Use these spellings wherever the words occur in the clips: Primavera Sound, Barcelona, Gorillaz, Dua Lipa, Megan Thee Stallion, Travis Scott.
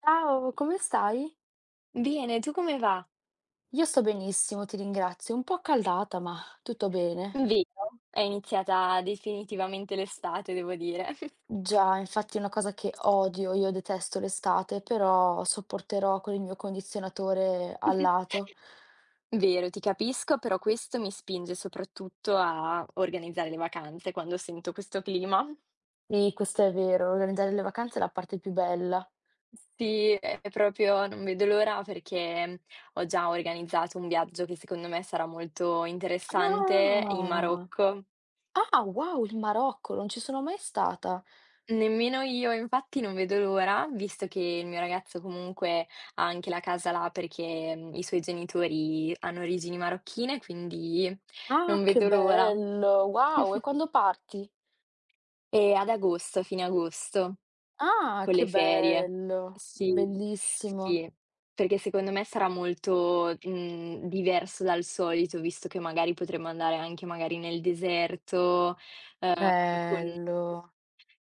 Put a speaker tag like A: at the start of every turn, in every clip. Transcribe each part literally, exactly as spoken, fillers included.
A: Ciao, come stai?
B: Bene, tu come va?
A: Io sto benissimo, ti ringrazio. Un po' accaldata, ma tutto bene.
B: Vero, è iniziata definitivamente l'estate, devo dire.
A: Già, infatti è una cosa che odio, io detesto l'estate, però sopporterò con il mio condizionatore al lato.
B: Sì. Vero, ti capisco, però questo mi spinge soprattutto a organizzare le vacanze quando sento questo clima.
A: Sì, questo è vero, organizzare le vacanze è la parte più bella.
B: Sì, è proprio non vedo l'ora perché ho già organizzato un viaggio che secondo me sarà molto interessante in
A: Ah,
B: Marocco.
A: ah, wow, il Marocco, non ci sono mai stata.
B: Nemmeno io, infatti non vedo l'ora, visto che il mio ragazzo comunque ha anche la casa là perché, mhmm, i suoi genitori hanno origini marocchine, quindi
A: Ah,
B: non
A: che
B: vedo l'ora.
A: bello, wow, e quando parti?
B: E ad agosto, fine agosto,
A: Ah,
B: con le
A: che
B: ferie.
A: bello,
B: Sì,
A: bellissimo,
B: sì, perché secondo me sarà molto, mhmm, diverso dal solito, visto che magari potremmo andare anche magari nel deserto, ehm, con
A: bello.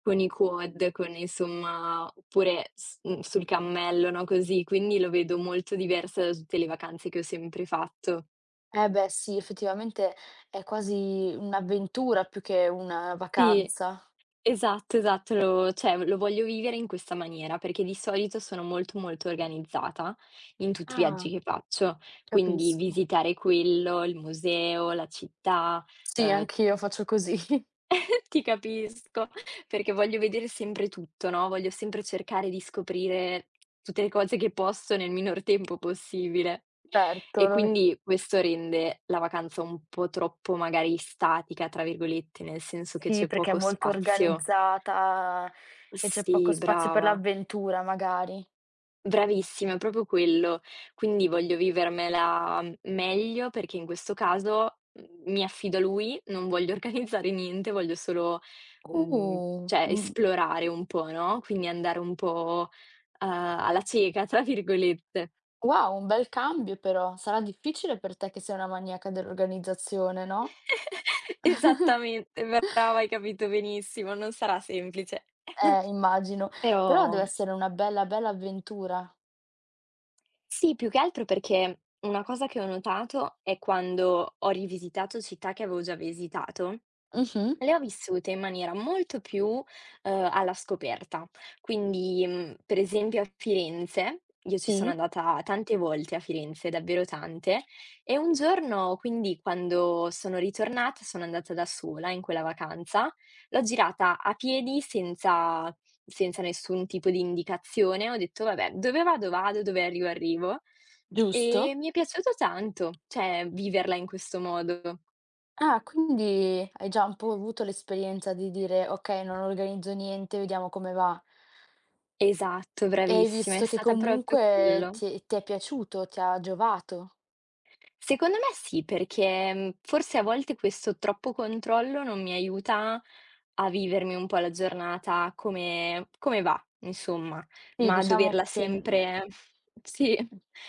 B: Con i quad, con insomma oppure s mhmm, sul cammello, no, così, quindi lo vedo molto diverso da tutte le vacanze che ho sempre fatto.
A: Eh beh sì, effettivamente è quasi un'avventura più che una
B: Sì,
A: vacanza.
B: esatto, esatto, lo cioè lo voglio vivere in questa maniera, perché di solito sono molto, molto organizzata in tutti i viaggi
A: Ah,
B: che faccio, quindi
A: capisco.
B: visitare quello, il museo, la città,
A: Sì,
B: uhm
A: anch'io faccio così.
B: Ti capisco, perché voglio vedere sempre tutto, no, voglio sempre cercare di scoprire tutte le cose che posso nel minor tempo possibile.
A: Certo,
B: E
A: no,
B: quindi questo rende la vacanza un po' troppo magari "statica" tra virgolette, nel senso che
A: sì,
B: c'è
A: perché è
B: poco
A: molto
B: spazio.
A: organizzata e c'è poco
B: Sì,
A: spazio per
B: brava,
A: l'avventura magari.
B: bravissima, è proprio quello. Quindi voglio vivermela, mhmm, meglio perché in questo caso, mhmm, mi affido a lui, non voglio organizzare niente, voglio solo Mhmm,
A: Uh,
B: cioè
A: mhmm,
B: esplorare un po', no, quindi andare un po', uhm, "alla cieca" tra virgolette.
A: wow, un bel cambio però. Sarà difficile per te che sei una maniaca dell'organizzazione, no?
B: Esattamente, brava, hai capito benissimo, non sarà semplice.
A: Eh, immagino. Però
B: Però
A: deve essere una bella, bella avventura.
B: sì, più che altro perché una cosa che ho notato è quando ho rivisitato città che avevo già visitato.
A: Mh-mh,
B: Le ho vissute in maniera molto più, uhm, alla scoperta. Quindi, mhmm, per esempio a Firenze, io ci sono
A: sì.
B: andata tante volte a Firenze, davvero tante, e un giorno quindi quando sono ritornata, sono andata da sola in quella vacanza, l'ho girata a piedi senza senza nessun tipo di indicazione, ho detto: "Vabbè, dove vado vado, dove arrivo arrivo". E
A: Giusto?
B: mi è piaciuto tanto, cioè viverla in questo modo.
A: Ah, quindi hai già un po' avuto l'esperienza di dire: "Okay, non organizzo niente, vediamo come va."
B: Esatto,
A: E hai
B: bravissima, è
A: visto che
B: stata proprio
A: comunque
B: quello.
A: ti ti è piaciuto, ti ha giovato.
B: Secondo me sì, perché, mhmm, forse a volte questo troppo controllo non mi aiuta a vivermi un po' la giornata come come va, insomma,
A: Sì,
B: ma a
A: diciamo
B: doverla
A: che, mhmm,
B: sempre sì,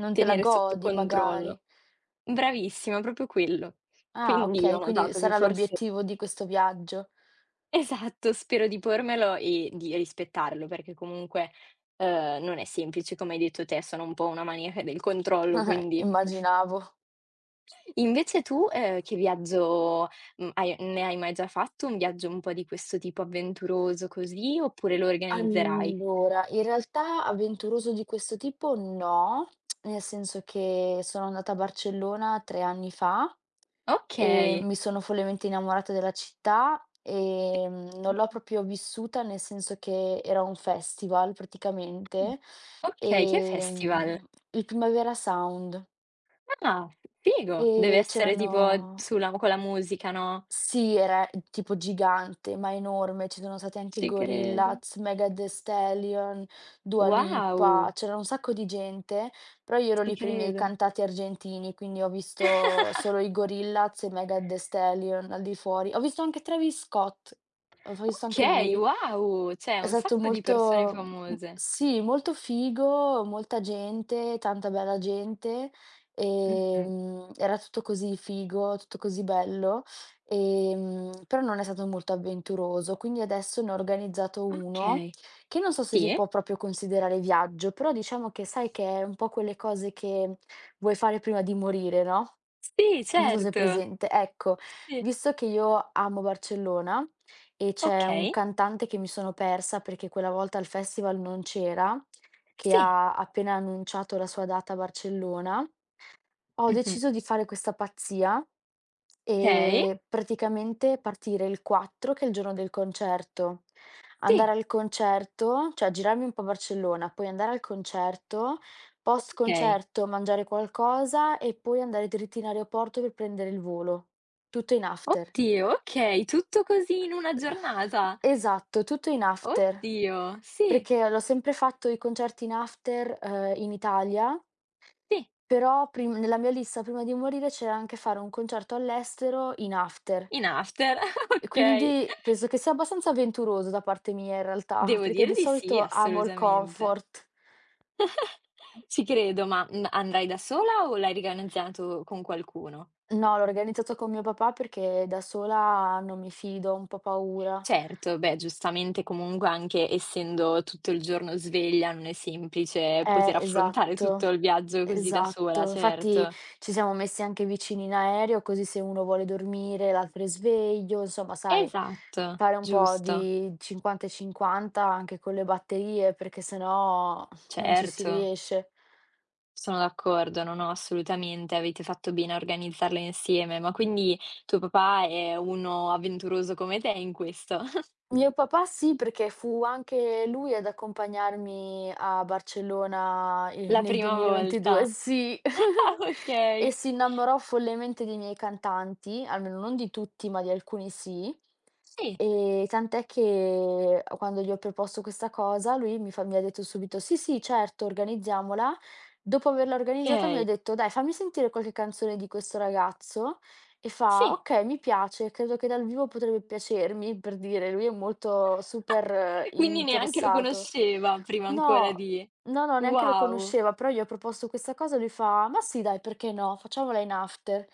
A: non te la
B: tenere sotto
A: godi magari.
B: controllo. Bravissima, proprio quello.
A: Ah,
B: Quindi
A: okay,
B: ho
A: quindi
B: notato che
A: sarà
B: forse.
A: l'obiettivo di questo viaggio.
B: Esatto, spero di pormelo e di rispettarlo, perché comunque, ehm, non è semplice, come hai detto te, sono un po' una maniaca del controllo, quindi
A: Immaginavo.
B: invece tu, ehm, che viaggio, mhmm, hai ne hai mai già fatto un viaggio un po' di questo tipo avventuroso così, oppure lo organizzerai?
A: Allora, in realtà avventuroso di questo tipo no, nel senso che sono andata a Barcellona tre anni fa e
B: Okay.
A: mi sono follemente innamorata della città e mm, non l'ho proprio vissuta, nel senso che era un festival praticamente,
B: Okay, che festival?
A: ehm, il Primavera Sound
B: Ah, figo. Deve
A: e
B: essere tipo
A: c'erano
B: sulla con la musica, no?
A: sì, era tipo gigante, ma enorme. Ci sono stati anche i
B: Ci credo.
A: Gorillaz, Megan Thee Stallion, Dua Lipa,
B: Wow,
A: c'era un sacco di gente, però io ero
B: ci
A: lì per i miei
B: credo.
A: cantati argentini, quindi ho visto solo i Gorillaz e Megan Thee Stallion al di fuori. Ho visto anche Travis Scott, ho visto anche
B: Okay,
A: lui.
B: wow! Cioè
A: È
B: un
A: stato
B: sacco di persone
A: molto mhmm,
B: famose.
A: sì, molto figo, molta gente, tanta bella gente,
B: Mh-mh.
A: ehm, era tutto così figo, tutto così bello, ehm, però non è stato molto avventuroso. Quindi adesso ne ho organizzato uno,
B: Okay.
A: che non so se si
B: Sì?
A: può proprio considerare viaggio, però diciamo che sai che è un po' quelle cose che vuoi fare prima di morire, no,
B: Sì,
A: non so se è
B: certo.
A: presente. Ecco,
B: Sì.
A: visto che io amo Barcellona e c'è un
B: Okay.
A: cantante che mi sono persa perché quella volta al festival non c'era, che
B: Sì.
A: ha appena annunciato la sua data a Barcellona. Ho
B: Mh-mh.
A: deciso di fare questa pazzia
B: Okay.
A: e praticamente partire il quattro, che è il giorno del concerto, andare
B: Sì.
A: al concerto, cioè girarmi un po' Barcellona, poi andare al concerto, post
B: Okay.
A: concerto mangiare qualcosa e poi andare dritti in aeroporto per prendere il volo. Tutto in after.
B: Oddio, okay, tutto così in una giornata?
A: Esatto, tutto in after,
B: Oddio. Sì,
A: perché l'ho sempre fatto i concerti in after, ehm, in Italia,
B: sì,
A: però prim nella mia lista prima di morire c'era anche fare un concerto all'estero in after
B: in after.
A: e
B: Okay.
A: quindi penso che sia abbastanza avventuroso da parte mia in realtà,
B: Devo
A: perché
B: dire
A: di
B: di sì,
A: solito amo il
B: assolutamente.
A: comfort.
B: Ci credo, ma, mhmm, andrai da sola o l'hai organizzato con qualcuno?
A: No, l'ho organizzato con mio papà perché da sola non mi fido, ho un po' paura.
B: Certo, beh, giustamente comunque anche essendo tutto il giorno sveglia, non è semplice
A: Eh,
B: poter affrontare
A: esatto,
B: tutto il viaggio così da sola,
A: esatto. Infatti
B: certo.
A: ci siamo messi anche vicini in aereo, così se uno vuole dormire, l'altro è sveglio, insomma, sai,
B: Esatto,
A: fare un po'
B: giusto.
A: di cinquanta e cinquanta anche con le batterie, perché sennò non ci si
B: Certo,
A: riesce.
B: sono d'accordo, no, no, assolutamente, avete fatto bene a organizzarla insieme. Ma quindi tuo papà è uno avventuroso come te in questo?
A: Mio papà sì, perché fu anche lui ad accompagnarmi a Barcellona, ehm,
B: La
A: nel
B: prima
A: duemilaventidue,
B: volta?
A: sì.
B: Ah, okay.
A: E si innamorò follemente dei miei cantanti, almeno non di tutti, ma di alcuni sì.
B: Sì,
A: Ehm, tant'è che quando gli ho proposto questa cosa lui mi fa mi ha detto subito: "Sì, sì, certo, organizziamola." Dopo averla organizzata mi
B: okay.
A: ha detto: "Dai, fammi sentire qualche canzone di questo ragazzo." E fa:
B: Sì.
A: "Okay, mi piace, credo che dal vivo potrebbe piacermi." Per dire, lui è molto super eh,
B: Quindi neanche lo
A: interessato.
B: conosceva prima ancora
A: No.
B: di.
A: No, no, neanche lo
B: Wow,
A: conosceva, però gli ho proposto questa cosa e lui fa: "Ma sì dai, perché no? Facciamola in after."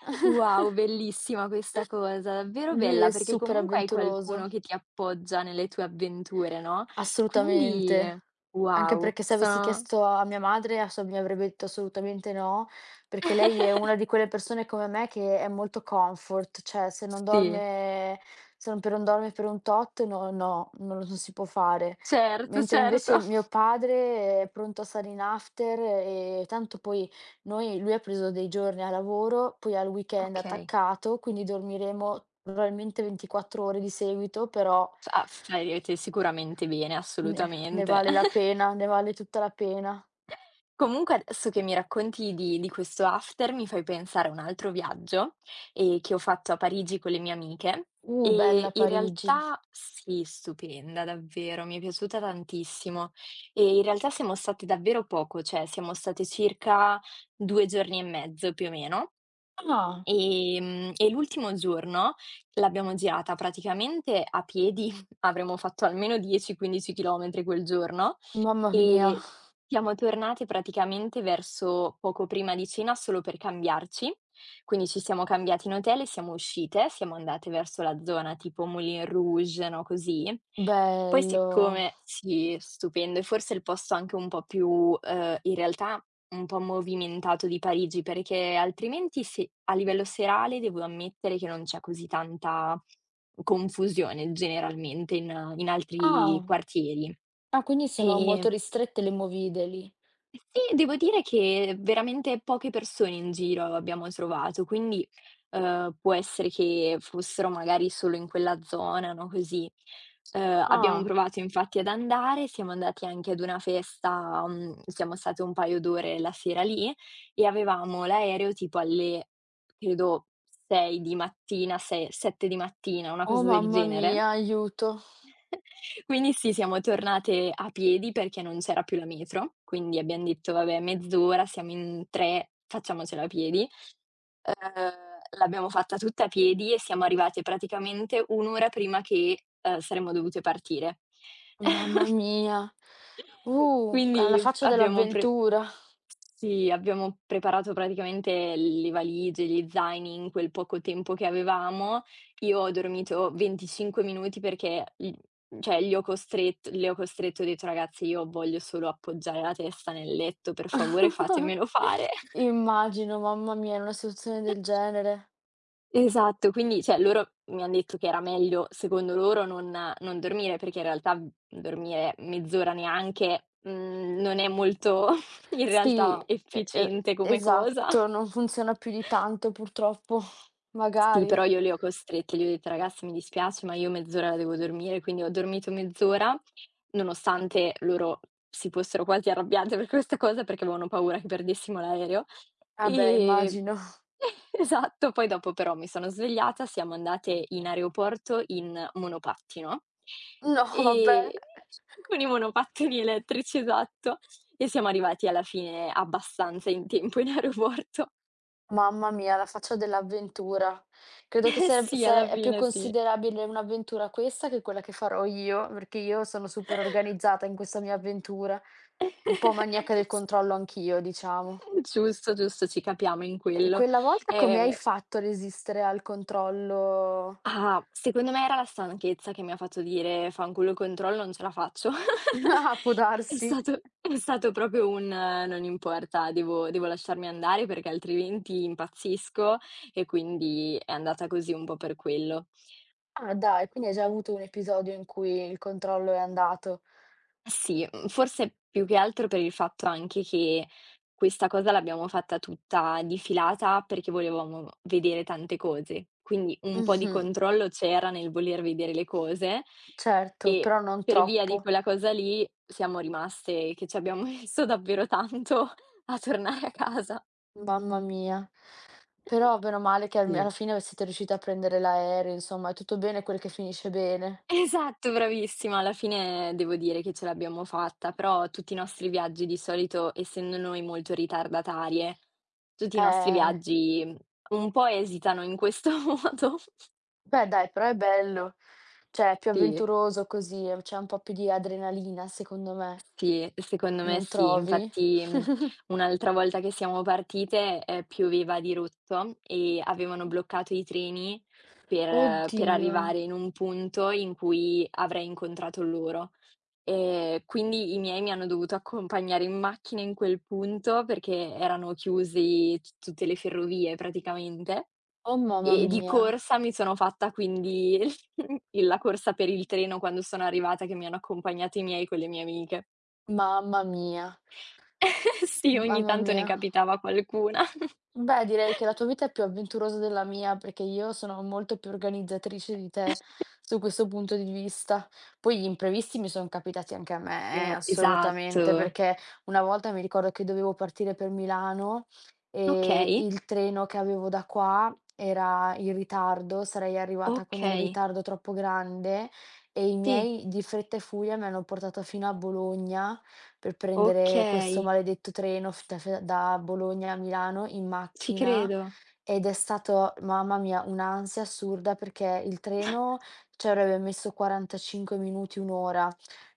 B: wow, bellissima questa cosa, davvero
A: Lui
B: bella,
A: è
B: perché
A: super
B: comunque hai qualcuno
A: avventuroso.
B: che ti appoggia nelle tue avventure, no, quindi
A: Assolutamente. Anche
B: wow,
A: perché se avessi
B: sono
A: chiesto a mia madre, a sua mi avrebbe detto assolutamente no, perché lei è una di quelle persone come me che è molto comfort, cioè se non
B: sì,
A: dorme se non per non dorme per un tot, no, no, non lo si può fare.
B: certo,
A: Mentre
B: certo.
A: invece mio padre è pronto a stare in after e tanto poi noi lui ha preso dei giorni a lavoro, poi al weekend
B: Okay,
A: attaccato, quindi dormiremo probabilmente ventiquattro ore di seguito, però
B: ah, stai sicuramente bene,
A: ne ne
B: assolutamente.
A: vale la pena, ne vale tutta la pena.
B: Comunque adesso che mi racconti di di questo after, mi fai pensare a un altro viaggio, ehm, che ho fatto a Parigi con le mie amiche
A: Uh,
B: e
A: bella
B: in
A: Parigi.
B: realtà sì, stupenda davvero, mi è piaciuta tantissimo. E in realtà siamo state davvero poco, cioè siamo state circa due giorni e mezzo più o meno,
A: Ah,
B: Ehm, e l'ultimo giorno l'abbiamo girata praticamente a piedi, avremmo fatto almeno dieci, quindici chilometri quel giorno
A: mamma mia,
B: e siamo tornati praticamente verso poco prima di cena solo per cambiarci. Quindi ci siamo cambiate in hotel e siamo uscite, siamo andate verso la zona tipo Moulin Rouge, no, così. Poi
A: bello.
B: siccome sì, stupendo, e forse il posto anche un po' più, ehm, in realtà un po' movimentato di Parigi, perché altrimenti se a livello serale devo ammettere che non c'è così tanta confusione generalmente in in altri
A: Ah,
B: quartieri.
A: ah, quindi sono
B: E
A: molto ristrette le movide lì.
B: sì, devo dire che veramente poche persone in giro abbiamo trovato, quindi, uhm, può essere che fossero magari solo in quella zona, no, così. Uhm, abbiamo
A: Ah,
B: provato infatti ad andare, siamo andati anche ad una festa, mhmm, siamo state un paio d'ore la sera lì e avevamo l'aereo tipo alle credo sei di mattina, se sette di mattina, una
A: oh
B: cosa del
A: mamma
B: genere.
A: mia, aiuto,
B: Quindi sì, siamo tornate a piedi perché non c'era più la metro, quindi abbiam detto: "Vabbè, mezz'ora, siamo in tre, facciamocela a piedi". Uhm, l'abbiamo fatta tutta a piedi e siamo arrivate praticamente un' ora prima che, uhm, saremmo dovute partire.
A: mamma mia. Uh, alla
B: Quindi f
A: faccia
B: abbiamo pre
A: dell'avventura.
B: sì, abbiamo preparato praticamente le valigie, gli zaini in quel poco tempo che avevamo. Io ho dormito venticinque minuti perché gl cioè gli ho costret le ho costretto, ho detto: "Ragazzi, io voglio solo appoggiare la testa nel letto, per favore fatemelo fare."
A: Immagino, mamma mia, in una situazione del genere.
B: Esatto, quindi cioè loro mi han detto che era meglio, secondo loro, non non dormire, perché in realtà, mhmm, dormire mezz'ora neanche, mhmm, non è molto in
A: Sì,
B: realtà
A: e e
B: efficiente come cosa.
A: esatto, non funziona più di tanto purtroppo,
B: Sì,
A: magari.
B: però io li ho costretti, gli ho detto: "Ragazzi, mi dispiace, ma io mezz'ora la devo dormire", quindi ho dormito mezz'ora, nonostante loro si fossero quasi arrabbiate per questa cosa, perché avevano paura che perdessimo l'aereo.
A: Vabbè,
B: E
A: immagino.
B: esatto, poi dopo però mi sono svegliata, siamo andate in aeroporto in monopattino,
A: No, vabbè.
B: ehm, con i monopattini elettrici, esatto, e siamo arrivati alla fine abbastanza in tempo in aeroporto.
A: Mamma mia, la faccia dell'avventura. Credo che
B: Eh
A: sareb
B: sì,
A: se
B: alla
A: è più
B: fine sì.
A: considerabile un'avventura questa che quella che farò io, perché io sono super organizzata in questa mia avventura, un po' maniaca del controllo anch'io, diciamo.
B: Giusto, giusto, ci capiamo in
A: E
B: quello.
A: quella volta come
B: Ehm,
A: hai fatto a resistere al controllo?
B: ah, secondo me era la stanchezza che mi ha fatto dire: "Fanculo il controllo, non ce la faccio."
A: Ah, può
B: È
A: darsi.
B: stato è stato proprio un: eh, "Non importa, devo devo lasciarmi andare perché altrimenti impazzisco." E quindi è andata così un po' per quello.
A: Ah dai, quindi hai già avuto un episodio in cui il controllo è andato.
B: Sì, mhmm, forse più che altro per il fatto anche che questa cosa l'abbiamo fatta tutta di filata perché volevamo vedere tante cose, quindi un po' di
A: Mh-mh,
B: controllo c'era nel voler vedere le cose
A: certo,
B: e
A: però non
B: per via di
A: troppo.
B: quella cosa lì siamo rimaste che ci abbiamo messo davvero tanto a tornare a casa.
A: Mamma mia. Però bene o male che alme
B: Sì.
A: alla fine siete riusciti a prendere l'aereo, insomma è tutto bene quel che finisce bene.
B: Esatto, bravissima. Alla fine devo dire che ce l'abbiamo fatta, però tutti i nostri viaggi di solito, essendo noi molto ritardatarie, tutti i nostri
A: Eh,
B: viaggi, mhmm, un po' esitano in questo modo.
A: beh dai, però è bello. Cioè è più
B: Sì,
A: avventuroso così, ehm, c'è un po' più di adrenalina secondo me,
B: sì, secondo me
A: non
B: sì.
A: trovi?
B: Infatti, mhmm, un'altra volta che siamo partite, ehm, pioveva a dirotto e avevano bloccato i treni per per
A: Oddio.
B: arrivare in un punto in cui avrei incontrato loro. Ehm, quindi i miei mi hanno dovuto accompagnare in macchina in quel punto, perché erano chiusi t tutte le ferrovie praticamente,
A: Oh mamma
B: e di
A: mia,
B: corsa mi sono fatta quindi il la corsa per il treno quando sono arrivata, che mi hanno accompagnato i miei con le mie amiche.
A: mamma mia,
B: Sì, ogni
A: mamma
B: tanto ne
A: mia.
B: capitava qualcuna.
A: Beh, direi che la tua vita è più avventurosa della mia, perché io sono molto più organizzatrice di te su questo punto di vista. Poi gli imprevisti mi sono capitati anche a me, eh,
B: Eh,
A: assolutamente,
B: esatto.
A: perché una volta mi ricordo che dovevo partire per Milano e
B: Okay,
A: il treno che avevo da qua era in ritardo, sarei arrivata con un
B: okay,
A: ritardo troppo grande e i
B: sì,
A: miei di fretta e furia mi hanno portato fino a Bologna per prendere questo
B: okay,
A: maledetto treno f da f da Bologna a Milano in
B: ci
A: macchina
B: credo.
A: ed è stato, mamma mia, un'ansia assurda perché il treno ci avrebbe messo quarantacinque minuti, un' ora.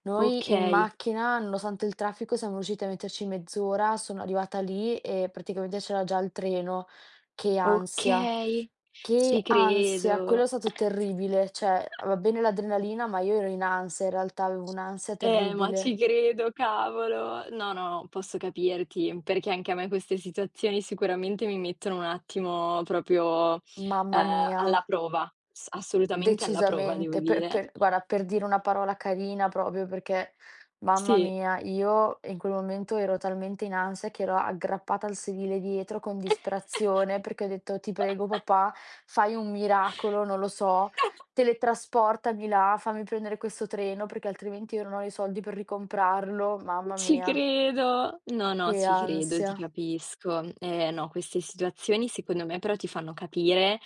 A: Noi in
B: Okay.
A: macchina, nonostante il traffico, siamo riusciti a metterci mezz'ora, sono arrivata lì e praticamente c'era già il treno. Che ansia,
B: Okay, ci
A: che ansia, quello
B: credo.
A: è stato terribile, cioè va bene l'adrenalina, ma io ero in ansia in realtà, avevo un'ansia
B: Eh, ma ci
A: terribile.
B: credo, cavolo. No, no, posso capirti, perché anche a me queste situazioni sicuramente mi mettono un attimo proprio,
A: Mamma
B: ehm,
A: mia,
B: alla prova, s assolutamente alla prova, devo
A: decisamente. Per
B: dire.
A: per guarda, per dire una parola carina proprio perché, mamma
B: Sì.
A: mia, io in quel momento ero talmente in ansia che ero aggrappata al sedile dietro con disperazione perché ho detto: "Ti prego papà, fai un miracolo, non lo so, teletrasportami là, fammi prendere questo treno perché altrimenti io non ho i soldi per ricomprarlo." Mamma
B: Ci
A: mia,
B: credo. No, no,
A: che
B: ci credo, ti
A: ansia.
B: capisco. Eh, no, queste situazioni secondo me però ti fanno capire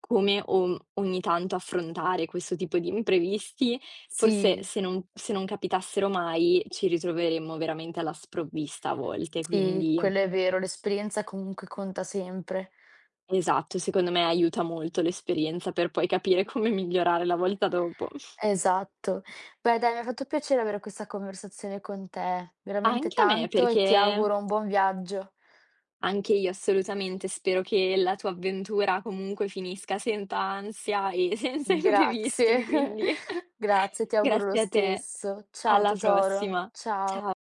B: come o ogni tanto affrontare questo tipo di imprevisti, forse
A: Sì,
B: se non se non capitassero mai ci ritroveremmo veramente alla sprovvista a volte,
A: sì,
B: quindi
A: quello è vero, l'esperienza comunque conta sempre.
B: esatto, secondo me aiuta molto l'esperienza per poi capire come migliorare la volta dopo.
A: Esatto. Beh dai, mi ha fatto piacere avere questa conversazione con te, veramente
B: Anche a me
A: tanto e ti
B: perché
A: auguro un buon viaggio.
B: Anche io assolutamente, spero che la tua avventura comunque finisca senza ansia e senza
A: Grazie.
B: imprevisti, quindi
A: Grazie, ti auguro lo
B: grazie a te.
A: stesso. Ciao
B: Alla
A: tesoro.
B: prossima.
A: Ciao.
B: Ciao.